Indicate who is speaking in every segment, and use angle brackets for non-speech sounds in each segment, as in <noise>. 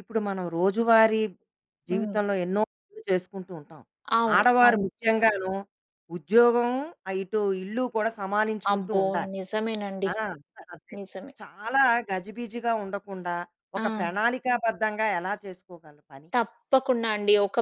Speaker 1: ఇప్పుడు మనం రోజువారీ
Speaker 2: హ్మ్.
Speaker 1: జీవితంలో ఎన్నో పనులు చేసుకుంటూ ఉంటాం.
Speaker 2: అవును.
Speaker 1: ఆడవారు
Speaker 2: అవును.
Speaker 1: ముఖ్యంగాను ఉద్యోగం, ఇటు ఇల్లు కూడా సమానించుకుంటూ
Speaker 2: అబ్బో!
Speaker 1: ఉండాలి.
Speaker 2: నిజమేనండి.
Speaker 1: ఆ! అంతే.
Speaker 2: నిజమే.
Speaker 1: చాలా గజిబిజిగా ఉండకుండా
Speaker 2: ఆ!
Speaker 1: ఒక ప్రణాళికాబద్ధంగా ఎలా చేసుకోగలరు పని?
Speaker 2: తప్పకుండా అండి. ఒక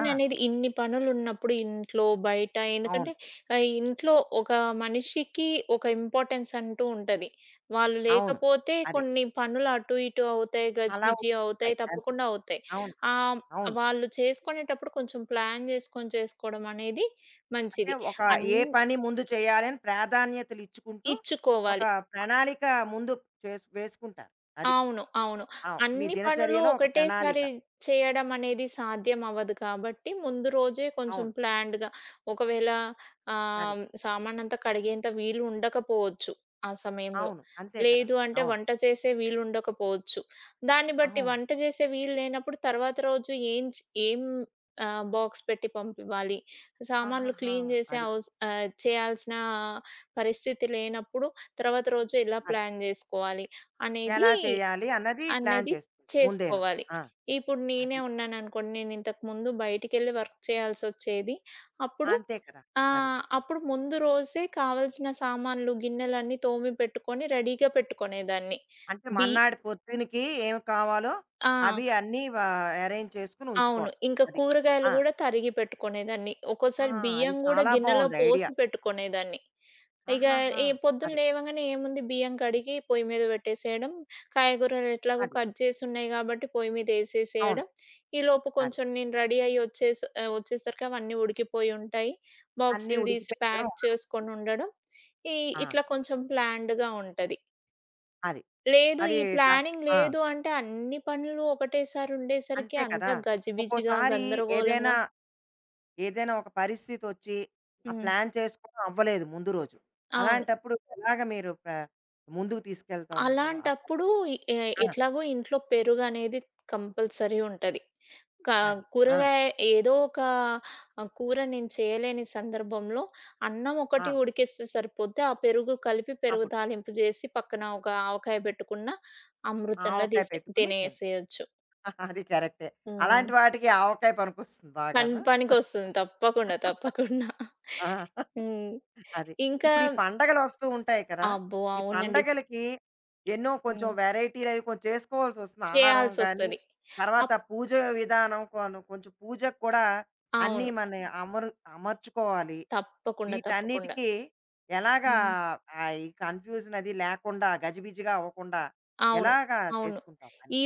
Speaker 1: ఆ!
Speaker 2: అనేది ఇన్ని పనులున్నప్పుడు ఇంట్లో, బయట ఎందుకంటే
Speaker 1: అవును.
Speaker 2: ఇంట్లో ఒక మనిషికి ఒక ఇంపార్టెన్స్ అంటూ ఉంటది. వాళ్ళు
Speaker 1: అవును.
Speaker 2: లేకపోతే
Speaker 1: అదే.
Speaker 2: కొన్ని పనులు అటు ఇటు అవుతాయి,
Speaker 1: అలా
Speaker 2: గజిబిజి
Speaker 1: ఉంటున్నాయి.
Speaker 2: అవుతాయి,
Speaker 1: అది.
Speaker 2: తప్పకుండా అవుతాయి.
Speaker 1: అవును.
Speaker 2: ఆహ్,
Speaker 1: అవును.
Speaker 2: వాళ్ళు చేసుకునేటప్పుడు కొంచెం ప్లాన్ చేసుకొని చేసుకోవడం అనేది
Speaker 1: అంటే
Speaker 2: మంచిది.
Speaker 1: ఒక
Speaker 2: అన్
Speaker 1: ఏ పని ముందు చేయాలని ప్రాధాన్యతలిచ్చుకుంటూ ఒక
Speaker 2: ఇచ్చుకోవాలి.
Speaker 1: ప్రణాళిక ముందు వేసుకుంటారు. అది.
Speaker 2: అవును. అవును.
Speaker 1: అవును. మీ
Speaker 2: అన్ని పనులు
Speaker 1: దినచర్యలో ఒక ప్రణాళిక.
Speaker 2: ఒకటేసారి చేయడం అనేది సాధ్యం అవ్వదు కాబట్టి, ముందు రోజే కొంచెం
Speaker 1: అవును.
Speaker 2: ప్లాన్డ్‌గా ఒకవేళ
Speaker 1: అది.
Speaker 2: సామానంతా కడిగేంత వీలు ఉండకపోవచ్చు ఆ సమయంలో.
Speaker 1: అవును. అంతే కదా!
Speaker 2: లేదు అంటే
Speaker 1: అవును.
Speaker 2: వంట చేసే వీలు ఉండకపోవచ్చు. దాన్ని బట్టి
Speaker 1: అవును.
Speaker 2: వంట చేసే వీలు లేనప్పుడు తర్వాత రోజు ఏం బాక్స్ పెట్టి పంపివ్వాలి. సామాన్లు
Speaker 1: ఆహాహా!
Speaker 2: క్లీన్ చేసే
Speaker 1: అది.
Speaker 2: అవస్ ఆహ్, చేయాల్సిన పరిస్థితి లేనప్పుడు తర్వాత రోజు ఎలా
Speaker 1: అది.
Speaker 2: ప్లాన్ జేసుకోవాలి అనేది
Speaker 1: ఎలా చేయాలి అన్నది ప్లాన్
Speaker 2: అనేది
Speaker 1: చేసుకుంటాం ముందేను.
Speaker 2: చేసుకోవాలి.
Speaker 1: ఆ!
Speaker 2: ఇప్పుడు నేనే
Speaker 1: అది.
Speaker 2: ఉన్నాననుకోండి, నేనింతకుముందు బయటికెళ్ళి వర్క్ చేయాల్సొచ్చేది. అప్పుడు
Speaker 1: అంతే కదా! అది.
Speaker 2: అప్పుడు ముందు రోజే కావాల్సిన సామాన్లు, గిన్నెలన్నీ తోమి పెట్టుకొని, రెడీగా పెట్టుకునేదాన్ని.
Speaker 1: అంటే
Speaker 2: బి
Speaker 1: మర్నాడు పొద్దునకి ఏం కావాలో
Speaker 2: ఆ!
Speaker 1: అవి అన్నీ అరేంజ్ చేసుకొని
Speaker 2: అవును.
Speaker 1: ఉంచుకోవడం.
Speaker 2: ఇంకా
Speaker 1: అది.
Speaker 2: కూరగాయలు
Speaker 1: ఆ!
Speaker 2: గూడా తరిగి పెట్టుకునేదాన్ని.
Speaker 1: ఆ!
Speaker 2: ఒక్కోసారి
Speaker 1: అది
Speaker 2: బియ్యం గూడా
Speaker 1: చాలా
Speaker 2: గిన్నెలో
Speaker 1: బావుంది ఐడియా.
Speaker 2: పోసి పెట్టుకునేదాన్ని. ఇక
Speaker 1: ఆహాహా!
Speaker 2: ఈ పొద్దున
Speaker 1: అది.
Speaker 2: లేవంగానే ఏముంది బియ్యం కడిగి పొయ్యి మీద పెట్టేసేయడం. కాయగూరలు ఎట్లాగో
Speaker 1: అది.
Speaker 2: కట్ చేసున్నాయి గాబట్టి పొయ్యి
Speaker 1: అవును.
Speaker 2: మీదేసేసేయడం. ఈలోపు
Speaker 1: అది.
Speaker 2: కొంచెం నేను రెడీ వచ్చేసరికి అవన్నీ ఉడికిపోయి ఉంటాయి.
Speaker 1: అన్నీ
Speaker 2: బాక్సులు తీసి
Speaker 1: ఉడికిపోయిన ఉండడం.
Speaker 2: ప్యాక్ చేసుకొనుండడం. ఈ
Speaker 1: ఆ!
Speaker 2: ఇట్లా కొంచెం ప్లాన్డ్‌గా ఉంటది.
Speaker 1: అది.
Speaker 2: లేదు
Speaker 1: అది
Speaker 2: ఈ
Speaker 1: డ
Speaker 2: ప్లానింగ్
Speaker 1: ఆ!
Speaker 2: లేదు అంటే అన్ని పనులు ఒకటేసారి ఉండేసరికి
Speaker 1: అంతే కదా!
Speaker 2: అంతా గజిబిజిగా,
Speaker 1: ఒక్కోసారి ఏదైనా
Speaker 2: గందరగోళంగా.
Speaker 1: ఏదైనా ఒక పరిస్థితొచ్చి, ఆ
Speaker 2: హ్మ్.
Speaker 1: ప్లాన్ చేసుకోవడం అవ్వలేదు ముందు రోజు.
Speaker 2: అవును.
Speaker 1: అలాంటప్పుడు ఎలాగ మీరు ముందుకు తీసుకెళ్తావు నువ్వు? ఆ! ప-
Speaker 2: అలాంటప్పుడు ఎ
Speaker 1: ఆ!
Speaker 2: ఎట్లాగో ఇంట్లో పెరుగనేది కంపల్సరీ ఉంటది. క
Speaker 1: అది. ఆ!
Speaker 2: కూరగాయ ఏదో ఒక కూర నేను చేయలేని సందర్భంలో అన్నం
Speaker 1: ఆ!
Speaker 2: ఒకటి ఉడికిస్తే సరిపోద్ది. ఆ పెరుగు కలిపి పెరుగు
Speaker 1: అప్పుడు
Speaker 2: తాలింపు జేసి పక్కన ఒక ఆవకాయ బెట్టుకున్నా
Speaker 1: ఆ
Speaker 2: అమృతంలా
Speaker 1: ఆవకాయ
Speaker 2: తీసే
Speaker 1: పెట్టుకొని తిను.
Speaker 2: తినేసేయొచ్చు.
Speaker 1: <laughs> అది కరెక్టే.
Speaker 2: హ్మ్.
Speaker 1: అలాంటి వాటికి ఆవకాయ పనికొస్తుంది బాగాను.
Speaker 2: పనికొస్తుంది తప్పకుండా.
Speaker 1: <laughs>
Speaker 2: తప్పకుండా.
Speaker 1: ఆ!
Speaker 2: హ్మ్.
Speaker 1: అది.
Speaker 2: ఇంకా
Speaker 1: ఇప్పుడు ఈ పండగలొస్తూ ఉంటాయి కదా!
Speaker 2: అబ్బో!
Speaker 1: ఈ
Speaker 2: అవునండి.
Speaker 1: పండగలకి ఎన్నో కొంచెం
Speaker 2: హ్మ్.
Speaker 1: వేరైటీలవి కొంచెం చేసుకోవాల్సొస్తుంది. ఆహారం గానీ,
Speaker 2: చేయాల్సొస్తది.
Speaker 1: తర్వాత
Speaker 2: అప్
Speaker 1: పూజ విధానం కొంచెం పూజకు కూడా అన్నీ
Speaker 2: అవును.
Speaker 1: మన అమరు అమర్చుకోవాలి.
Speaker 2: తప్పకుండా. తప్పకుండా.
Speaker 1: వీటన్నిటికీ ఎలాగా
Speaker 2: హ్మ్.
Speaker 1: ఈ కన్‌ఫ్యూజన్ అది లేకుండా గజిబిజిగా అవ్వకుండా
Speaker 2: అవును.
Speaker 1: ఎలాగా
Speaker 2: అవును.
Speaker 1: చేసుకుంటావు పని?
Speaker 2: ఈ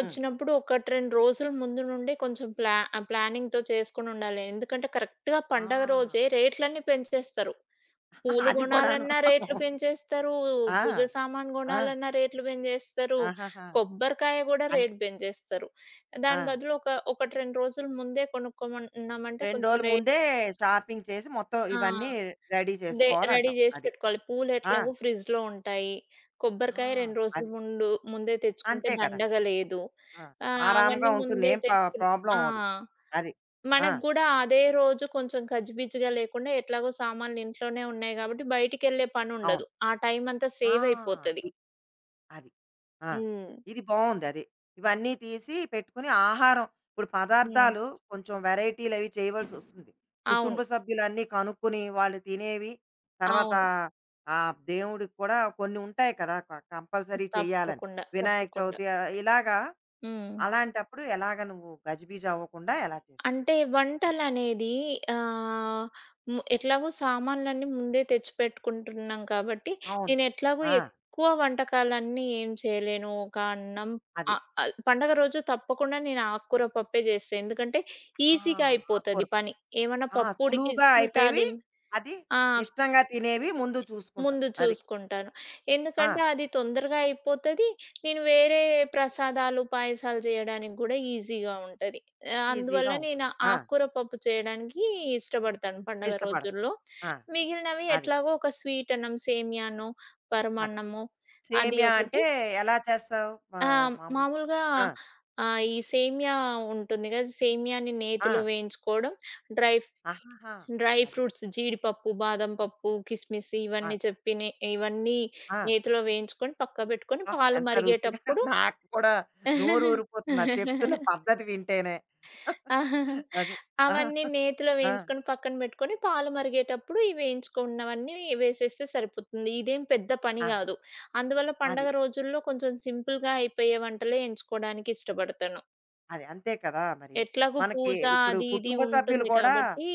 Speaker 1: హ్మ్.
Speaker 2: 1, 2 రోజుల ముందు నుండి కొంచెం ప్లానింగ్‌తో చేసుకొనుండాలి. ఎందుకంటే కరెక్ట్‌గా
Speaker 1: ఆ!
Speaker 2: పండగ రోజే రేట్లన్నీ పెంచేస్తారు.
Speaker 1: <laughs>
Speaker 2: పూలు
Speaker 1: అది కూడాను.
Speaker 2: గొనాలన్నా రేట్లు పెంచేస్తారు.
Speaker 1: ఆ!
Speaker 2: పూజ సామాను
Speaker 1: ఆ!
Speaker 2: గొనాలన్నా రేట్లు పెంచేస్తారు.
Speaker 1: ఆహాహా!
Speaker 2: కొబ్బరికాయ గూడా
Speaker 1: అన్
Speaker 2: రేట్ పెంచేస్తారు.
Speaker 1: ఆ!
Speaker 2: దాని బదులు ఒక 1, 2 రోజుల ముందే కొనుక్కోమన్నామంటే
Speaker 1: 2
Speaker 2: కొంచెం
Speaker 1: రోజుల
Speaker 2: రేట్.
Speaker 1: ముందే షాపింగ్ చేసి మొత్తం
Speaker 2: ఆ!
Speaker 1: ఇవన్నీ రెడీ
Speaker 2: దే రెడీ
Speaker 1: చేసుకోవాలంటావు.
Speaker 2: జేసి
Speaker 1: అది.
Speaker 2: పెట్టుకోవాలి.
Speaker 1: ఆ!
Speaker 2: పూలెట్లాగో ఫ్రిడ్జ్‌లో ఉంటాయి.
Speaker 1: ఆ!
Speaker 2: కొబ్బరికాయ 2 రోజుల
Speaker 1: అది.
Speaker 2: ముందే తెచ్చుకుంటే
Speaker 1: అంతే కదా!
Speaker 2: దండగ లేదు.
Speaker 1: ఆ! ఆరాంగా
Speaker 2: అవన్నీ
Speaker 1: ఉంటుంది.
Speaker 2: ముందే
Speaker 1: ఏం ప
Speaker 2: తెచ్చుకుని
Speaker 1: ప్రాబ్లమ్
Speaker 2: ఆ!
Speaker 1: అవ్వదు. అది. ఆ!
Speaker 2: మనకు గూడా అదే రోజు కొంచెం గజిబిజిగా లేకుండా ఎట్లాగో సామాన్లు ఇంట్లోనే ఉన్నాయి గాబట్టి బయటికెళ్ళే
Speaker 1: అవును.
Speaker 2: పనుండదు. ఆ టైమంతా
Speaker 1: ఆ!
Speaker 2: సేవయిపోతది.
Speaker 1: అది. ఆ!
Speaker 2: హ్మ్.
Speaker 1: ఇది బావుంది అది. ఇవన్నీ తీసి పెట్టుకుని ఆహారం ఇప్పుడు
Speaker 2: హ్మ్.
Speaker 1: పదార్థాలు కొంచెం వేరైటీలవి చేయవలసొస్తుంది. కుటుంబ
Speaker 2: అవును.
Speaker 1: సభ్యులన్నీ కనుక్కొని వాళ్ళు తినేవి, తర్వాత
Speaker 2: అవును.
Speaker 1: దేవుడికి కూడా కొన్ని ఉంటాయి కదా! కంపల్సరీ చెయ్యాలని.
Speaker 2: తప్పకుండా.
Speaker 1: వినాయక
Speaker 2: తప్పకుండా.
Speaker 1: చవితి ఇలాగా
Speaker 2: హ్మ్.
Speaker 1: అలాంటప్పుడు ఎలాగ నువ్వు గజిబిజి అవ్వకుండా ఎలా చేసుకుంటావు?
Speaker 2: అంటే వంటలనేది ఆహ్, హ్మ్. ఎట్లాగో సామాన్లన్నీ ముందే తెచ్చిపెట్టుకుంటున్నాం కాబట్టి,
Speaker 1: అవును.
Speaker 2: నేను ఎట్లాగో
Speaker 1: ఆ!
Speaker 2: ఎక్కువ వంటకాలన్నీ ఏం చేయలేను. ఒక అన్నం
Speaker 1: అది.
Speaker 2: ఆహ్, ఆహ్, పండగ రోజు తప్పకుండా నేను ఆకుకూర పప్పే చేస్తా. ఎందుకంటే
Speaker 1: ఆ!
Speaker 2: ఈజీగా
Speaker 1: ఆకుకూర
Speaker 2: అయిపోతది
Speaker 1: పప్పు.
Speaker 2: పని. ఏమన్నా
Speaker 1: ఆ!
Speaker 2: పప్పు
Speaker 1: సులువుగా
Speaker 2: ఉడికిచ్చి
Speaker 1: అయిపోయేవి.
Speaker 2: తాలిం
Speaker 1: అది
Speaker 2: ఆ!
Speaker 1: ఇష్టంగా తినేవి ముందు చూసుకుంటాం.
Speaker 2: ముందు
Speaker 1: అది.
Speaker 2: చూసుకుంటాను.
Speaker 1: ఆ!
Speaker 2: ఎందుకంటే అది తొందరగా అయిపోతది. నేను వేరే ప్రసాదాలు, పాయసాలు చేయడానికి గూడా ఈజీగా ఉంటది. అందువల్ల
Speaker 1: ఈజీగా ఉంటుంది.
Speaker 2: నేను
Speaker 1: ఆ!
Speaker 2: ఆకుకూర పప్పు చేయడానికి ఇష్టపడతాను పండగ
Speaker 1: ఇష్టపడరు.
Speaker 2: రోజుల్లో.
Speaker 1: ఆ!
Speaker 2: మిగిలినవి
Speaker 1: అది.
Speaker 2: ఎట్లాగో ఒక స్వీట్ అన్నం, సేమియానో,
Speaker 1: అది.
Speaker 2: పరమాన్నమో అది
Speaker 1: సేమ్యా
Speaker 2: ఒకటి.
Speaker 1: అంటే ఎలా చేస్తావు?
Speaker 2: ఆ!
Speaker 1: మామూలుగా?
Speaker 2: మామూలుగా
Speaker 1: ఆ!
Speaker 2: ఈ సేమియా ఉంటుంది గదా! సేమియాని
Speaker 1: ఆ!
Speaker 2: నేతిలో వేయించుకోవడం, డ్రై
Speaker 1: ఆహాహా!
Speaker 2: డ్రై
Speaker 1: అది.
Speaker 2: ఫ్రూట్స్ జీడిపప్పు, బాదం పప్పు, కిస్మిస్
Speaker 1: ఆ!
Speaker 2: ఇవన్నీ చెప్పి నే ఇవన్నీ
Speaker 1: ఆ!
Speaker 2: నేతిలో వేయించుకొని పక్కబెట్టుకొని
Speaker 1: అబ్బా!
Speaker 2: పాలు
Speaker 1: ఎంత రుచిగా <laughs>
Speaker 2: మరిగేటప్పుడు.
Speaker 1: నాకు కూడా నోరు ఊరిపోతుంది. ఆ చెప్తున్న
Speaker 2: <laughs>
Speaker 1: పద్ధతి వింటేనే. <laughs> అది. ఆ!
Speaker 2: అవన్నీ నేతిలో
Speaker 1: ఆ!
Speaker 2: వేయించుకొని పక్కన పెట్టుకొని పాలు మరిగేటప్పుడు ఈ వేయించుకున్నవన్నీ వేసేస్తే సరిపోతుంది. ఇదేం పెద్ద పని
Speaker 1: ఆ!
Speaker 2: గాదు. అందువల్ల
Speaker 1: అది.
Speaker 2: పండగ రోజుల్లో కొంచెం సింపుల్‌గా అయిపోయే వంటలే ఎంచుకోవడానికి ఇష్టపడతాను.
Speaker 1: అది. అంతే కదా! మరి.
Speaker 2: ఎట్లాగూ
Speaker 1: మనకి
Speaker 2: పూజ
Speaker 1: ఇప్పుడు
Speaker 2: అది ఇది
Speaker 1: కుటుంబ సభ్యులు
Speaker 2: ఉంటుంది
Speaker 1: కూడా
Speaker 2: కాబట్టి.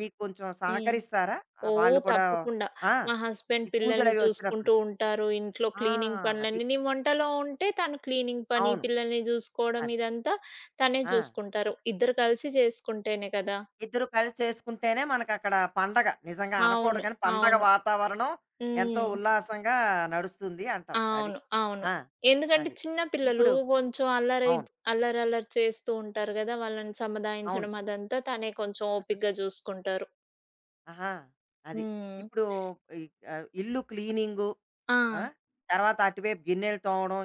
Speaker 1: మీకు కొంచెం
Speaker 2: హ్మ్.
Speaker 1: సహకరిస్తారా?
Speaker 2: ఓహ్!
Speaker 1: వాళ్ళు కూడా
Speaker 2: తప్పకుండా.
Speaker 1: ఆ!
Speaker 2: మా హస్బెండ్
Speaker 1: ఈ
Speaker 2: పిల్లల్ని
Speaker 1: పూజలవి వచ్చినప్పుడు.
Speaker 2: చూసుకుంటూ ఉంటారు. ఇంట్లో
Speaker 1: ఆ!
Speaker 2: క్లీనింగ్
Speaker 1: అది.
Speaker 2: పనులన్నీ నేను వంటలో ఉంటే తను క్లీనింగ్ పని,
Speaker 1: అవును.
Speaker 2: పిల్లల్ని చూసుకోవడం
Speaker 1: అది.
Speaker 2: ఇదంతా తనే
Speaker 1: ఆ!
Speaker 2: చూసుకుంటారు. ఇద్దరు కలిసి చేసుకుంటేనే కదా!
Speaker 1: ఇద్దరు కలిసి చేసుకుంటేనే మనకక్కడ పండగ. నిజంగా
Speaker 2: అవును.
Speaker 1: అనకూడదు కానీ, పండగ
Speaker 2: అవును.
Speaker 1: వాతావరణం ఎంతో
Speaker 2: హ్మ్.
Speaker 1: ఉల్లాసంగా నడుస్తుంది అంటావు. అది.
Speaker 2: అవును. అవును.
Speaker 1: ఆ!
Speaker 2: ఎందుకంటే
Speaker 1: అది.
Speaker 2: చిన్న పిల్లలు
Speaker 1: ఇప్పుడు
Speaker 2: కొంచెం అల్లరి
Speaker 1: అవును.
Speaker 2: అల్లరి అల్లరి చేస్తూ ఉంటారు గదా! వాళ్ళని
Speaker 1: అవును.
Speaker 2: సమాధాయించడం అదంతా తనే కొంచెం ఓపికగా చూసుకుంటారు.
Speaker 1: ఆహా! అది.
Speaker 2: హ్మ్.
Speaker 1: ఇప్పుడు ఈ ఇల్లు క్లీనింగు
Speaker 2: ఆ!
Speaker 1: ఆ! తర్వాత అటువైపు గిన్నెలు తోమడం,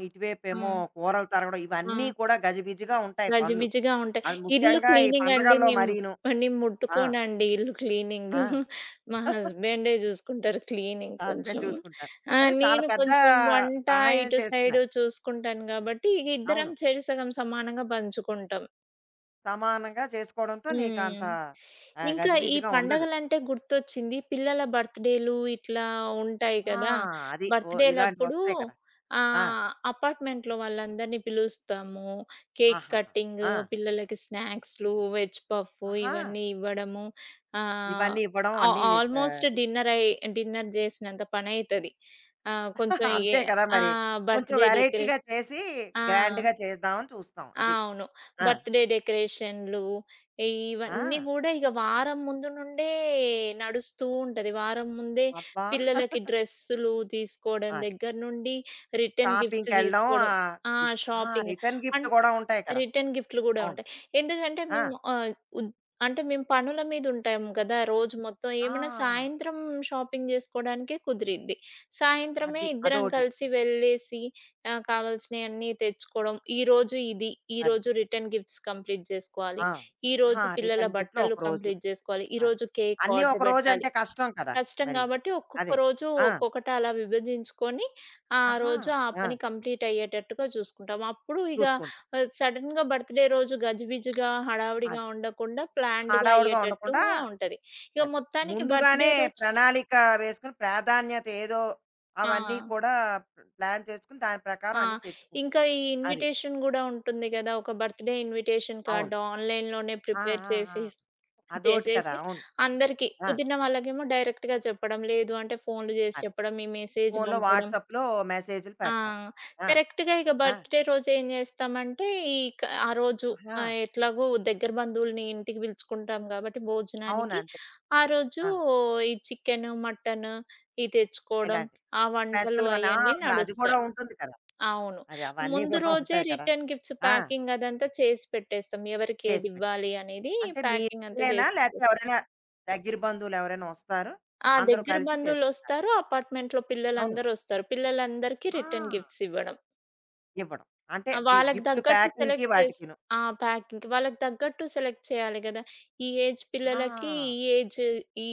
Speaker 2: ఆ!
Speaker 1: ఇటువైపేమో కూరలు తరగడం
Speaker 2: ఆ!
Speaker 1: ఇవన్నీ కూడా గజిబిజిగా ఉంటాయి పనులు.
Speaker 2: గజిబిజిగా ఉంటాయి.
Speaker 1: అది
Speaker 2: ఇల్లు
Speaker 1: ముఖ్యంగా ఈ
Speaker 2: క్లీనింగ్ అండి
Speaker 1: పండగల్లో
Speaker 2: నేను
Speaker 1: మరీను.
Speaker 2: నేను
Speaker 1: ఆ!
Speaker 2: ముట్టుకోనండి ఇల్లు క్లీనింగ్.
Speaker 1: ఆ!
Speaker 2: మా
Speaker 1: <laughs>
Speaker 2: హస్బెండే చూసుకుంటారు క్లీనింగ్
Speaker 1: హస్బెండ్
Speaker 2: కొంచెం.
Speaker 1: చూసుకుంటారు. అదే చాలా
Speaker 2: నేను
Speaker 1: పెద్ద
Speaker 2: కొంచెం వంట
Speaker 1: సహాయం
Speaker 2: ఇటు సైడు
Speaker 1: చేస్తున్నారు.
Speaker 2: చూసుకుంటాను గాబట్టి ఇగ
Speaker 1: అవును.
Speaker 2: ఇద్దరం చేరి సగం సమానంగా పంచుకుంటాం.
Speaker 1: సమానంగా చేసుకోవడంతో నీకు అంత
Speaker 2: హ్మ్.
Speaker 1: ఆ,
Speaker 2: ఇంకా ఈ
Speaker 1: గజిబిజిగా ఉండదు.
Speaker 2: పండగలంటే గుర్తొచ్చింది. పిల్లల బర్త్‌డేలు ఇట్లా ఉంటాయి
Speaker 1: ఆ!
Speaker 2: కదా!
Speaker 1: అది. ఓ ఇలాంటివి
Speaker 2: బర్త్‌డేలప్పుడు
Speaker 1: వస్తాయి కదా! ఆ!
Speaker 2: అపార్ట్‌మెంట్‌లో వాళ్ళందరినీ పిలుస్తాము. కేక్
Speaker 1: ఆహాహా!
Speaker 2: కటింగ్,
Speaker 1: ఆ!
Speaker 2: పిల్లలకి స్నాక్స్‌లు, వెజ్ పఫ్
Speaker 1: ఆహా!
Speaker 2: ఇవన్నీ ఇవ్వడము. ఆహ్,
Speaker 1: ఇవన్నీ ఇవ్వడం
Speaker 2: ఆ
Speaker 1: అన్నీ
Speaker 2: ఆల్మోస్ట్
Speaker 1: ఆహ్,
Speaker 2: డిన్నర్ చేసినంత పనయితది. ఆహ్, కొంచెం
Speaker 1: <laughs>
Speaker 2: ఏ
Speaker 1: అంతే కదా
Speaker 2: ఆ!
Speaker 1: మరి. కొంచెం
Speaker 2: బర్త్‌డే
Speaker 1: వెరైటీగా
Speaker 2: డెకరేషన్.
Speaker 1: చేసి
Speaker 2: ఆ!
Speaker 1: గ్రాండ్‌గా చేద్దామని చూస్తాం.
Speaker 2: ఆ!
Speaker 1: అది.
Speaker 2: అవును.
Speaker 1: ఆ!
Speaker 2: బర్త్‌డే డెకరేషన్‌లు ఇ ఇవన్నీ
Speaker 1: ఆ!
Speaker 2: గూడా ఇగ వారం ముందు నుండే నడుస్తూ ఉంటది. వారం ముందే
Speaker 1: అబ్బా!
Speaker 2: పిల్లలకి డ్రెస్సులు తీసుకోవడం
Speaker 1: అది.
Speaker 2: దగ్గర నుండి రిటర్న్ గిఫ్ట్స్
Speaker 1: షాపింగ్‌కెళ్ళడం
Speaker 2: తీసుకోవడం.
Speaker 1: ఆహ్,
Speaker 2: ఆ!
Speaker 1: తీసుకో ఆ! తీసుకో
Speaker 2: షాపింగ్.
Speaker 1: రిటర్న్ గిఫ్ట్
Speaker 2: అన్
Speaker 1: కూడా ఉంటాయి కదా!
Speaker 2: రిటర్న్ గిఫ్ట్‌లు గూడా
Speaker 1: అవును.
Speaker 2: ఉంటాయి. ఎందుకంటే
Speaker 1: ఆ!
Speaker 2: మేము ఆహ్, ఉద్ అంటే మేము పనుల మీద ఉంటాం గదా! రోజు మొత్తం ఏమైనా
Speaker 1: ఆ!
Speaker 2: సాయంత్రం షాపింగ్ జేసుకోవడానికే కుదిరిద్ది. సాయంత్రమే
Speaker 1: అది.
Speaker 2: ఇద్దరం
Speaker 1: అదోటి.
Speaker 2: కలిసి వెళ్ళేసి కావాల్సినయన్నీ తెచ్చుకోవడం. ఈరోజు ఇది,
Speaker 1: అది.
Speaker 2: ఈరోజు రిటర్న్ గిఫ్ట్స్ కంప్లీట్ జేసుకోవాలి.
Speaker 1: ఆ! ఆ!
Speaker 2: ఈరోజు పిల్లల
Speaker 1: రిటర్న్ గిఫ్ట్‌లో
Speaker 2: బట్టలు
Speaker 1: ఒకరోజు.
Speaker 2: కంప్లీట్ జేసుకోవాలి.
Speaker 1: అది.
Speaker 2: ఈరోజు కేక్
Speaker 1: అన్నీ ఒక
Speaker 2: ఆర్డర్
Speaker 1: రోజంటే
Speaker 2: బెట్టాలి.
Speaker 1: కష్టం కదా!
Speaker 2: కష్టం
Speaker 1: మరి.
Speaker 2: గాబట్టి, ఒక్కొక్క
Speaker 1: అదే.
Speaker 2: రోజు
Speaker 1: ఆ!
Speaker 2: ఒక్కొక్కటి అలా విభజించుకొని, ఆ
Speaker 1: ఆహా!
Speaker 2: రోజు ఆ
Speaker 1: ఆ!
Speaker 2: పని కంప్లీట్ అయ్యేటట్టుగా చూసుకుంటాం. అప్పుడు ఇగ
Speaker 1: చూసుకుంటా.
Speaker 2: సడెన్‌గా బర్త్‌డే రోజు గజిబిజిగా,
Speaker 1: అది.
Speaker 2: హడావిడిగా ఉండకుండా, ప్లాన్డ్‌గా
Speaker 1: హడావుడిగా ఉండకుండా
Speaker 2: అయ్యేటట్టుగా ఉంటది. ఇక
Speaker 1: అది.
Speaker 2: మొత్తానికి బర్త్‌డే
Speaker 1: ముందుగానే
Speaker 2: రోజు.
Speaker 1: ప్రణాళిక వేసుకొని ప్రాధాన్యత ఏదో
Speaker 2: ఆ!
Speaker 1: అవన్నీ కూడా ప్లాన్ చేసుకొని దాని ప్రకారం
Speaker 2: ఆ!
Speaker 1: అన్నీ తెచ్చుకుంటాం.
Speaker 2: ఇంకా ఈ
Speaker 1: అది.
Speaker 2: ఇన్విటేషన్ గూడా ఉంటుంది గదా! ఒక బర్త్‌డే ఇన్విటేషన్
Speaker 1: అవును.
Speaker 2: కార్డ్ ఆన్‌లైన్‌లోనే
Speaker 1: ఆ!
Speaker 2: ప్రిపేర్
Speaker 1: ఆ! ఆ!
Speaker 2: చేసి
Speaker 1: అదోటి కదా!
Speaker 2: చేసేసి
Speaker 1: అవును.
Speaker 2: అందరికి
Speaker 1: ఆ!
Speaker 2: కుదిరిన వాళ్ళకేమో డైరెక్ట్‌గా చెప్పడం. లేదు అంటే ఫోన్‌లు జేసి
Speaker 1: అదే.
Speaker 2: చెప్పడం, ఈ మెసేజ్
Speaker 1: ఫోన్‌లో,
Speaker 2: పంపడం.
Speaker 1: వాట్సాప్‌లో మెసేజ్‌లు
Speaker 2: ఆ!
Speaker 1: పెట్టడం. ఆ!
Speaker 2: కరెక్ట్‌గా ఇక
Speaker 1: ఆ!
Speaker 2: బర్త్‌డే రోజు ఏం చేస్తామంటే, ఈ క ఆ రోజు
Speaker 1: ఆహా!
Speaker 2: ఎట్లాగో దగ్గర బంధువుల్ని ఇంటికి పిలుచుకుంటాం కాబట్టి
Speaker 1: అవును.
Speaker 2: భోజనానికి,
Speaker 1: అంతే.
Speaker 2: ఆ రోజు
Speaker 1: ఆ!
Speaker 2: ఈ చికెను, మటను ఇయి తెచ్చుకోవడం,
Speaker 1: ఇలాంటివి.
Speaker 2: ఆ వంటలు
Speaker 1: స్పెషల్ వన్ ఆ!
Speaker 2: అయన్నీ
Speaker 1: మరి అది కూడా
Speaker 2: నడుస్తాయి.
Speaker 1: ఉంటుంది కదా!
Speaker 2: అవును.
Speaker 1: అది అవన్నీ
Speaker 2: ముందు
Speaker 1: కూడా
Speaker 2: రోజే
Speaker 1: ఉంటాయి కదా!
Speaker 2: రిటర్న్ గిఫ్ట్స్
Speaker 1: ఆ!
Speaker 2: ప్యాకింగ్ అదంతా చేసి పెట్టేస్తాం. ఎవరికి
Speaker 1: చేసి పెట్టు.
Speaker 2: ఏదివ్వాలి అనేది
Speaker 1: అంటే
Speaker 2: ప్యాకింగ్ అంతా
Speaker 1: మీరేనా?
Speaker 2: చేసి
Speaker 1: లేతే
Speaker 2: పెట్టేస్తాం.
Speaker 1: ఎవరైనా దగ్గర బంధువులు ఎవరైనా వస్తారు.
Speaker 2: ఆ!
Speaker 1: అందరూ
Speaker 2: దగ్గర
Speaker 1: కలిసి చేస్తారు.
Speaker 2: బంధువులొస్తారు, అపార్ట్‌మెంట్‌లో
Speaker 1: అవును.
Speaker 2: పిల్లలందరూ వస్తారు. పిల్లలందరికీ
Speaker 1: ఆ!
Speaker 2: రిటర్న్ గిఫ్ట్స్ ఇవ్వడం.
Speaker 1: ఇవ్వడం. అంటే
Speaker 2: ఆ!
Speaker 1: బి
Speaker 2: వాళ్ళకి
Speaker 1: గిఫ్ట్‌లు
Speaker 2: తగ్గట్టు
Speaker 1: ప్యాకింగ్‌కి
Speaker 2: సెలెక్ట్ చేసి
Speaker 1: వాటికిను.
Speaker 2: ఆ! ప్యాకింగ్‌కి. వాళ్ళకి తగ్గట్టు సెలెక్ట్ చేయాలి గదా! ఈ ఏజ్ పిల్లలకి
Speaker 1: ఆ!
Speaker 2: ఈ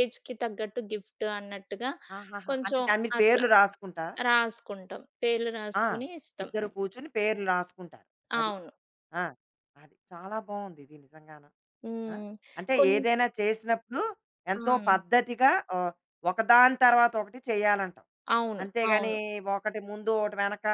Speaker 2: ఏజ్‌కి తగ్గట్టు గిఫ్ట్ అన్నట్టుగా
Speaker 1: ఆహాహా! అంటే
Speaker 2: కొంచెం
Speaker 1: దాని మీద
Speaker 2: అట్లా
Speaker 1: పేర్లు రాసుకుంటారా?
Speaker 2: రాసుకుంటాం. పేర్లు
Speaker 1: ఆ!
Speaker 2: రాసుకొని ఇస్తాం.
Speaker 1: ఇద్దరు కూర్చొని పేర్లు రాసుకుంటారు. అది.
Speaker 2: అవును.
Speaker 1: ఆ! అది. చాలా బావుంది ఇది నిజంగాను. ఆ!
Speaker 2: హ్మ్.
Speaker 1: అంటే
Speaker 2: కొంచ్
Speaker 1: ఏదైనా చేసినప్పుడు
Speaker 2: ఆ!
Speaker 1: ఎంతో పద్ధతిగా ఒకదాని తర్వాత ఒకటి చేయాలంటావు.
Speaker 2: అవును.
Speaker 1: అంతేగాని
Speaker 2: అవును.
Speaker 1: ఒకటి ముందు, ఒకటి వెనక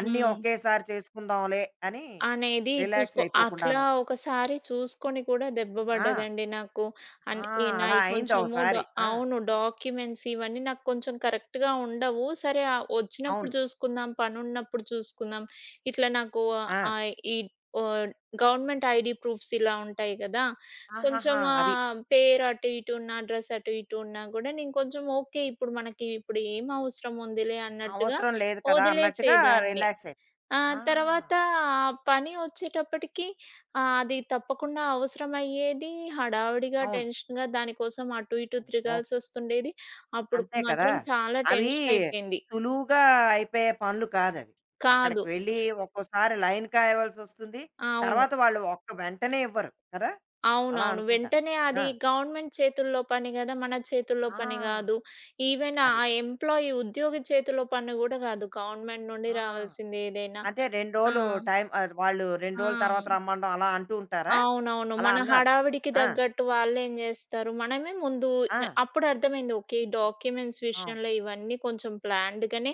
Speaker 1: అన్నీ
Speaker 2: హ్మ్.
Speaker 1: ఒకేసారి చేసుకుందాంలే అని
Speaker 2: అనేది
Speaker 1: రిలాక్స్
Speaker 2: చూసుకో అట్లా
Speaker 1: అయిపోకుండాను.
Speaker 2: ఒకసారి చూసుకొని కూడా దెబ్బ
Speaker 1: ఆ!
Speaker 2: పడ్డదండి నాకు. అన్
Speaker 1: ఆ!
Speaker 2: ఈ
Speaker 1: అలా
Speaker 2: నాయి
Speaker 1: అయింది
Speaker 2: కొంచెము డా
Speaker 1: ఒకసారి. ఆ!
Speaker 2: అవును. డాక్యుమెంట్స్ ఇవన్నీ నాకు కొంచెం కరెక్ట్‌గా ఉండవు. సరే వచ్చినప్పుడు
Speaker 1: అవును.
Speaker 2: చూసుకుందాం, పనున్నప్పుడు చూసుకుందాం. ఇట్లా నాకు
Speaker 1: ఆ!
Speaker 2: ఆహ్, ఈ ఓహ్, గవర్నమెంట్ ఐడీ ప్రూఫ్స్ ఇలా ఉంటాయి గదా! కొంచెం
Speaker 1: ఆహాహా! అవి
Speaker 2: పేరు అటు ఇటు ఉన్న, అడ్రెస్ అటు ఇటు ఉన్నా కూడా నేను కొంచెం ఓకే. ఇప్పుడు మనకి ఇప్పుడు ఏం అవసరం ఉందిలే అన్నట్టుగా
Speaker 1: అవసరం లేదు కదా! అన్నట్టుగా
Speaker 2: వదిలేసేదాన్ని.
Speaker 1: రిలాక్స్ అయి
Speaker 2: ఆ!
Speaker 1: ఆ!
Speaker 2: తర్వాత ఆ పని వచ్చేటప్పటికి అది తప్పకుండా అవసరమయ్యేది. హడావిడిగా,
Speaker 1: అవును.
Speaker 2: టెన్షన్‌గా దానికోసం అటు ఇటు
Speaker 1: అమ్మో!
Speaker 2: తిరగాల్సొస్తుండేది. అప్పుడు
Speaker 1: అంతే కదా!
Speaker 2: మాత్రం
Speaker 1: హ్మ్.
Speaker 2: చాలా
Speaker 1: అవి
Speaker 2: టెన్షనయిపోయింది.
Speaker 1: సులువుగా అయిపోయే పనులు కాదవి. అక్కడికి
Speaker 2: కాదు.
Speaker 1: వెళ్ళి ఒక్కోసారి లైన్ కాయవలసొస్తుంది.
Speaker 2: అవును.
Speaker 1: తర్వాత వాళ్ళు ఒక్క వెంటనే ఇవ్వరు కదా! అలా
Speaker 2: అవునవును.
Speaker 1: అనుకుంటాను.
Speaker 2: వెంటనే అది
Speaker 1: ఆ!
Speaker 2: గవర్నమెంట్ చేతుల్లో పని గదా! మన చేతుల్లో
Speaker 1: ఆ!
Speaker 2: పని గాదు. ఈవెన్
Speaker 1: అది.
Speaker 2: ఆ ఎంప్లాయీ ఉద్యోగి చేతిలో పని గూడా గాదు. గవర్నమెంట్ నుండి
Speaker 1: ఆ!
Speaker 2: రావాల్సింది ఏదైనా.
Speaker 1: అంటే 2
Speaker 2: ఆ!
Speaker 1: రోజులు టైం వాళ్ళు 2
Speaker 2: ఆ!
Speaker 1: రోజుల తర్వాత రమ్మనడం అలా అంటూ ఉంటారా?
Speaker 2: అవునవును.
Speaker 1: అలా
Speaker 2: మన
Speaker 1: అన్నారు.
Speaker 2: హడావిడికి
Speaker 1: ఆ!
Speaker 2: తగ్గట్టు వాళ్ళేం జేస్తారు, మనమే ముందు
Speaker 1: ఆ!
Speaker 2: అప్పుడు అర్థమైంది ఓకే. ఈ డాక్యుమెంట్స్
Speaker 1: అవును.
Speaker 2: విషయంలో ఇవన్నీ కొంచెం ప్లాన్డ్‌గానే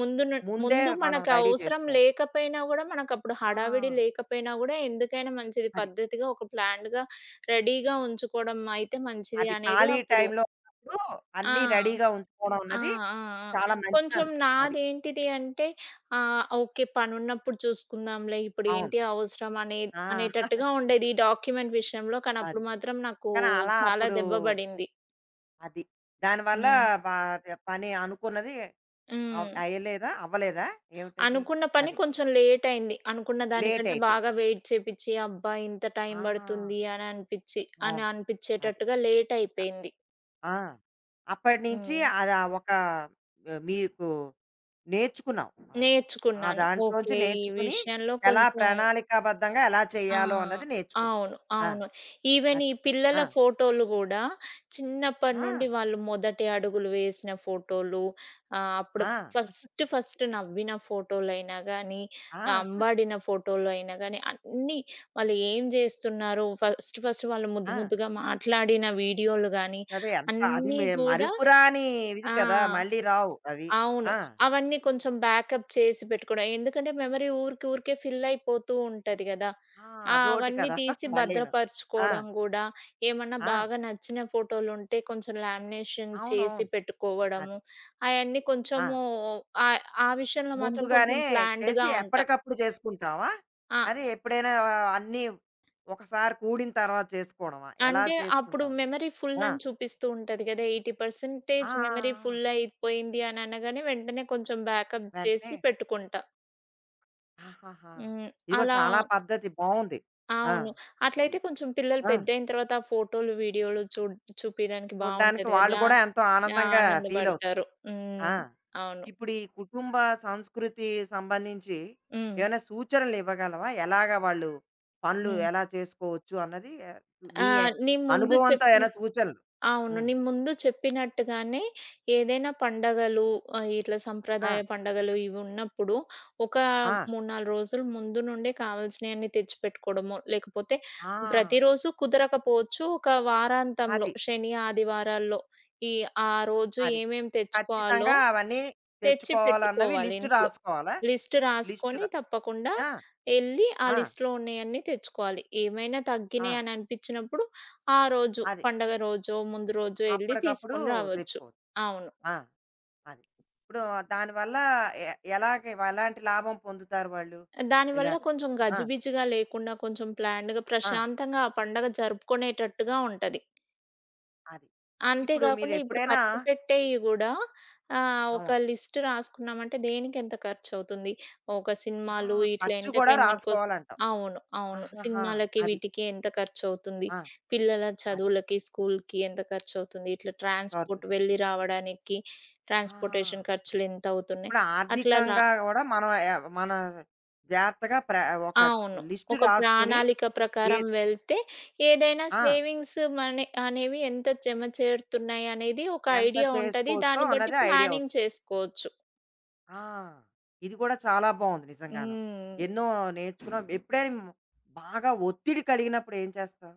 Speaker 2: ముందు ను
Speaker 1: ముందే
Speaker 2: ముందు
Speaker 1: మనం
Speaker 2: మనకు
Speaker 1: రెడీ
Speaker 2: అవసరం
Speaker 1: చేసుకోవాలి.
Speaker 2: లేకపోయినా గూడా, మనకప్పుడు
Speaker 1: ఆ!
Speaker 2: హడావిడి లేకపోయినా గూడా, ఎందుకైనా మంచిది
Speaker 1: అది.
Speaker 2: పద్ధతిగా ఒక ప్లాన్డ్‌గా రెడీగా ఉంచుకోవడం అయితే మంచిది
Speaker 1: అది
Speaker 2: అనేది
Speaker 1: ఖాళీ
Speaker 2: అప్పుడు.
Speaker 1: టైంలో ఉన్నప్పుడు
Speaker 2: ఆ!
Speaker 1: అన్నీ రెడీగా ఉంచుకోవడం
Speaker 2: ఆ!
Speaker 1: అన్నది
Speaker 2: ఆ! ఆ!
Speaker 1: చాలా
Speaker 2: కొంచెం
Speaker 1: మంచిదన్నావు. అది.
Speaker 2: నాదేంటిది అంటే ఓకే. పనున్నప్పుడు చూసుకుందాంలే.
Speaker 1: అవును.
Speaker 2: ఇప్పుడేంటి అవసరం అనే
Speaker 1: ఆ!
Speaker 2: అనేటట్టుగా ఉండేది. ఈ డాక్యుమెంట్ విషయంలో. కానీ
Speaker 1: అది.
Speaker 2: అప్పుడు మాత్రం నాకు
Speaker 1: కానీ అలా
Speaker 2: చాలా
Speaker 1: అప్పుడు
Speaker 2: దెబ్బ పడింది.
Speaker 1: అది. దానివల్ల
Speaker 2: హ్మ్.
Speaker 1: పా పని అనుకున్నది
Speaker 2: హ్మ్.
Speaker 1: అయ్యలేదా? అవ్వలేదా? ఏమిటది?
Speaker 2: అనుకున్న పని
Speaker 1: అది.
Speaker 2: కొంచెం లేట్ అయింది. అనుకున్న
Speaker 1: లేట్
Speaker 2: దానికంటే
Speaker 1: అయిపోయింది.
Speaker 2: బాగా వెయిట్ చేపిచ్చి, అబ్బా! ఇంత టైం
Speaker 1: ఆ!
Speaker 2: పడుతుంది అని అనిపిచ్చి అని
Speaker 1: అవును. అది.
Speaker 2: అనిపిచ్చేటట్టుగా లేట్ అయిపోయింది.
Speaker 1: ఆ! అప్పటినుంచి
Speaker 2: హ్మ్.
Speaker 1: అది ఒక ఆ, మీకు నేర్చుకున్నావు అది. ఆ
Speaker 2: నేర్చుకున్నాను.
Speaker 1: దాంట్లోంచి
Speaker 2: ఓకే. ఈ
Speaker 1: నేర్చుకుని
Speaker 2: విషయంలో
Speaker 1: ఎలా
Speaker 2: కొంచెం.
Speaker 1: ప్రణాళికాబద్ధంగా ఎలా
Speaker 2: ఆ!
Speaker 1: చేయాలో అన్నది నేర్చుకున్నావు.
Speaker 2: అవును.
Speaker 1: ఆ!
Speaker 2: అవును. ఈవెన్ ఈ
Speaker 1: అది.
Speaker 2: పిల్లల
Speaker 1: ఆ!
Speaker 2: ఫోటోలు గూడా చిన్నప్పటి నుండి
Speaker 1: ఆ!
Speaker 2: వాళ్ళు మొదటి అడుగులు వేసిన ఫోటోలు, ఆహ్, అప్పుడు
Speaker 1: ఆ!
Speaker 2: ఫస్ట్ ఫస్ట్ నవ్విన ఫోటోలైనా గానీ,
Speaker 1: ఆ!
Speaker 2: అంబాడిన ఫోటోలైనా గానీ, అన్నీ వాళ్ళు ఏం జేస్తున్నారు, ఫస్ట్ ఫస్ట్ వాళ్ళు
Speaker 1: ఆ!
Speaker 2: ముద్దు ముద్దుగా మాట్లాడిన వీడియోలు గానీ,
Speaker 1: అదే అంత అది
Speaker 2: అన్నీ గూడా
Speaker 1: మరుపురాని ఇది కదా!
Speaker 2: ఆ!
Speaker 1: మళ్ళీ రావు అవి.
Speaker 2: అవును.
Speaker 1: ఆ!
Speaker 2: అవన్నీ కొంచెం బ్యాకప్ చేసి పెట్టుకోవడం. ఎందుకంటే మెమరీ ఊరికే ఊరికే ఫిల్ అయిపోతూ ఉంటది గదా!
Speaker 1: ఆ!
Speaker 2: ఆ!
Speaker 1: అదోటి
Speaker 2: అవన్నీ
Speaker 1: కదా!
Speaker 2: తీసి
Speaker 1: <laughs> మళ్ళీను. ఆ!
Speaker 2: భద్రపరుచుకోవడం గూడా, ఏమన్నా
Speaker 1: ఆ!
Speaker 2: బాగా నచ్చిన ఫోటోలుంటే కొంచెం లామినేషన్ చేసి
Speaker 1: అవునవును. అది.
Speaker 2: పెట్టుకోవడము. అయన్నీ
Speaker 1: ఆ!
Speaker 2: కొంచెము ఆహ్, ఆ విషయంలో మాత్రం కొంచెం
Speaker 1: ముందుగానే చేసి
Speaker 2: ప్లాన్డ్‌గా ఉంటా.
Speaker 1: ఎప్పటికప్పుడు చేసుకుంటావా?
Speaker 2: ఆ!
Speaker 1: అది ఎప్పుడైనా ఆ, అన్నీ ఒకసారి కూడిన తర్వాత చేసుకోవడమా? ఎలా
Speaker 2: అంటే అప్పుడు
Speaker 1: చేసుకుంటావు?
Speaker 2: మెమరీ ఫుల్
Speaker 1: ఆ!
Speaker 2: అని చూపిస్తూ ఉంటది గదా!
Speaker 1: ఆ!
Speaker 2: 80%
Speaker 1: ఆ!
Speaker 2: మెమరీ
Speaker 1: ఆ!
Speaker 2: ఫుల్ అయిపోయింది అని అనగానే వెంటనే కొంచెం బ్యాకప్
Speaker 1: వెంటనే
Speaker 2: చేసి పెట్టుకుంటా.
Speaker 1: ఆహాహా!
Speaker 2: హ్మ్.
Speaker 1: ఇది కూడా
Speaker 2: అలా
Speaker 1: చాలా పద్ధతి బావుంది. ఆ!
Speaker 2: అవును.
Speaker 1: ఈ
Speaker 2: అట్లయితే కొంచెం పిల్లలు
Speaker 1: ఆ!
Speaker 2: పెద్దయిన తర్వాత ఆ ఫోటోలు, వీడియోలు చూపియడానికి
Speaker 1: చూడ్డానికి
Speaker 2: బావుంటది
Speaker 1: వాళ్ళు
Speaker 2: గదా!
Speaker 1: కూడా ఎంతో
Speaker 2: ఆ!
Speaker 1: ఆనందంగా ఫీలవుతారు.
Speaker 2: ఆనందబడతారు.
Speaker 1: ఆ!
Speaker 2: హ్మ్. అవును.
Speaker 1: ఇప్పుడు ఈ కుటుంబ సంస్కృతి సంబంధించి
Speaker 2: హ్మ్.
Speaker 1: ఏమైనా సూచనలు ఇవ్వగలవా? ఎలాగా వాళ్ళు పనులు
Speaker 2: హ్మ్.
Speaker 1: ఎలా చేసుకోవచ్చు అన్నది
Speaker 2: ఆ!
Speaker 1: నీ
Speaker 2: నేను ముందు
Speaker 1: అనుభవంతో
Speaker 2: చెప్పిన
Speaker 1: ఏమైనా సూచనలు?
Speaker 2: అవును.
Speaker 1: హ్మ్.
Speaker 2: నేను ముందు చెప్పినట్టుగానే ఏదైనా పండగలు ఇట్లా
Speaker 1: ఆ!
Speaker 2: సంప్రదాయ పండగలు ఇవున్నప్పుడు ఒక
Speaker 1: ఆ!
Speaker 2: 3, 4 రోజులు ముందు నుండే కావాల్సినయన్నీ తెచ్చిపెట్టుకోవడమో, లేకపోతే
Speaker 1: ఆ!
Speaker 2: ప్రతిరోజు కుదరకపోవచ్చు. ఒక వారాంతంలో
Speaker 1: అది.
Speaker 2: శని, ఆదివారాల్లో ఈ ఆ రోజు
Speaker 1: అది.
Speaker 2: ఏమేం తెచ్చుకోవాలో
Speaker 1: ఖచ్చితంగా అవన్నీ తెచ్చుకోవాలన్నవి
Speaker 2: తెచ్చిపెట్టుకోవాలి
Speaker 1: లిస్ట్
Speaker 2: ఇంట్లో.
Speaker 1: రాసుకోవాలా?
Speaker 2: లిస్ట్
Speaker 1: లిస్ట్ ర
Speaker 2: రాసుకొని తప్పకుండా
Speaker 1: ఆ!
Speaker 2: ఎళ్లి ఆ
Speaker 1: ఆ!
Speaker 2: లిస్ట్‌లో ఉన్నయన్నీ తెచ్చుకోవాలి. ఏమైనా
Speaker 1: ఆ!
Speaker 2: తగ్గినయి అని అనిపించినప్పుడు ఆ రోజు
Speaker 1: అది.
Speaker 2: పండగ రోజో, ముందు రోజో ఎళ్లి
Speaker 1: అప్పటికప్పుడు
Speaker 2: తీసుకొని రావచ్చు.
Speaker 1: తెచ్చుకోవచ్చు.
Speaker 2: అవును.
Speaker 1: ఆ! అది. ఇప్పుడు దానివల్ల ఎ ఎలాగ ఎలాంటి లాభం పొందుతారు వాళ్ళు?
Speaker 2: దానివల్ల
Speaker 1: ఇలాగ.
Speaker 2: కొంచెం
Speaker 1: ఆ!
Speaker 2: గజిబిజిగా లేకుండా కొంచెం ప్లాన్డ్‌గా,
Speaker 1: ఆ!
Speaker 2: ప్రశాంతంగా ఆ పండగ జరుపుకునేటట్టుగా ఉంటది.
Speaker 1: అది.
Speaker 2: అంతే
Speaker 1: ఇప్పుడు
Speaker 2: గాకుండా ఇప్పుడు
Speaker 1: మీరెప్పుడైనా
Speaker 2: ఖర్చు పెట్టేయి గూడా ఒక
Speaker 1: అవును.
Speaker 2: లిస్ట్ రాసుకున్నామంటే దేనికెంత ఖర్చవుతుంది. ఒక
Speaker 1: ఆ!
Speaker 2: సినిమాలు ఇట్లా
Speaker 1: ఖర్చు కూడా
Speaker 2: ఎంటర్‌టైన్‌మెంట్ కోసం
Speaker 1: రాసుకోవాలంటావు.
Speaker 2: అవును. అవును.
Speaker 1: ఆహాహా!
Speaker 2: సినిమాలకి
Speaker 1: అది.
Speaker 2: వీటికి ఎంత ఖర్చవుతుంది.
Speaker 1: ఆ!
Speaker 2: పిల్లల
Speaker 1: అది.
Speaker 2: చదువులకి, స్కూలుకి ఎంత ఖర్చవుతుంది. ఇట్లా
Speaker 1: ఖర్చు.
Speaker 2: ట్రాన్స్‌పోర్ట్ వెళ్ళి రావడానికి ట్రాన్స్‌పోర్టేషన్
Speaker 1: ఆ!
Speaker 2: ఖర్చులెంతవుతున్నాయి.
Speaker 1: ఇప్పుడు
Speaker 2: అట్లా రా
Speaker 1: ఆర్థికంగా కూడా మనం మన జాగ్రత్తగా ఒక
Speaker 2: అవును.
Speaker 1: లిస్ట్
Speaker 2: ఒక
Speaker 1: రాసుకుని
Speaker 2: ప్రణాళిక
Speaker 1: ఏ
Speaker 2: ప్రకారం వెళ్తే ఏదైనా
Speaker 1: ఆ!
Speaker 2: సేవింగ్స్ మనీ అనేవి ఎంత జమ చేరుతున్నాయి అనేది ఒక
Speaker 1: ఎంత
Speaker 2: ఐడియా ఉంటది.
Speaker 1: చేసుకోవచ్చో
Speaker 2: దాన్ని బట్టి
Speaker 1: అన్నది ఐడియా
Speaker 2: ప్లానింగ్
Speaker 1: వస్తుంది.
Speaker 2: చేసుకోవచ్చు.
Speaker 1: ఆ! ఇది కూడా చాలా బావుంది నిజంగాను.
Speaker 2: హ్మ్.
Speaker 1: ఎన్నో నేర్చుకున్నాం. ఎప్పుడైనా బాగా ఒత్తిడి కలిగినప్పుడు ఏం చేస్తావు?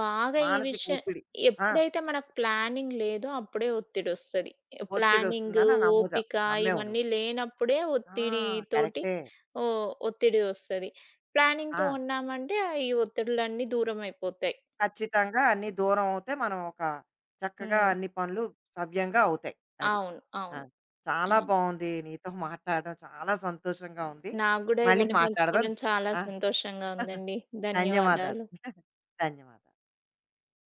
Speaker 2: బాగా ఈ
Speaker 1: మానసిక
Speaker 2: విషయం
Speaker 1: ఒత్తిడి. ఆ!
Speaker 2: ఎప్పుడైతే మనకు ప్లానింగ్ లేదో అప్పుడే ఒత్తిడొస్తది. ప్లానింగ్,
Speaker 1: ఒత్తిడొస్తుందని నమ్ముతావు.
Speaker 2: ఓపిక
Speaker 1: నమ్మేవు నువ్వు.
Speaker 2: ఇవన్నీ లేనప్పుడే
Speaker 1: ఆ!
Speaker 2: ఒత్తిడితోటి
Speaker 1: కరెక్టే.
Speaker 2: ఓ ఒత్తిడి వస్తది. ప్లానింగ్‌తో
Speaker 1: ఆ!
Speaker 2: ఉన్నామంటే ఆ ఈ ఒత్తిడులన్నీ దూరమైపోతాయి.
Speaker 1: ఖచ్చితంగా అన్నీ దూరం అవుతే మనం ఒక చక్కగా
Speaker 2: హ్మ్.
Speaker 1: అన్ని పనులు సవ్యంగా అవుతాయి. అది.
Speaker 2: అవును.
Speaker 1: ఆ!
Speaker 2: అవును.
Speaker 1: చాలా
Speaker 2: అవును.
Speaker 1: బావుంది. నీతో మాట్లాడడం చాలా సంతోషంగా ఉంది.
Speaker 2: నాకు గూడా
Speaker 1: మళ్ళీ
Speaker 2: ఇవన్నీ
Speaker 1: మాట్లాడదాం.
Speaker 2: పంచుకోవడం చాలా
Speaker 1: ఆ!
Speaker 2: సంతోషంగా
Speaker 1: <laughs>
Speaker 2: ఉందండి.
Speaker 1: ధన్యవాదాలు.
Speaker 2: ధన్యవాదాలు.
Speaker 1: ధన్యవాదాలు.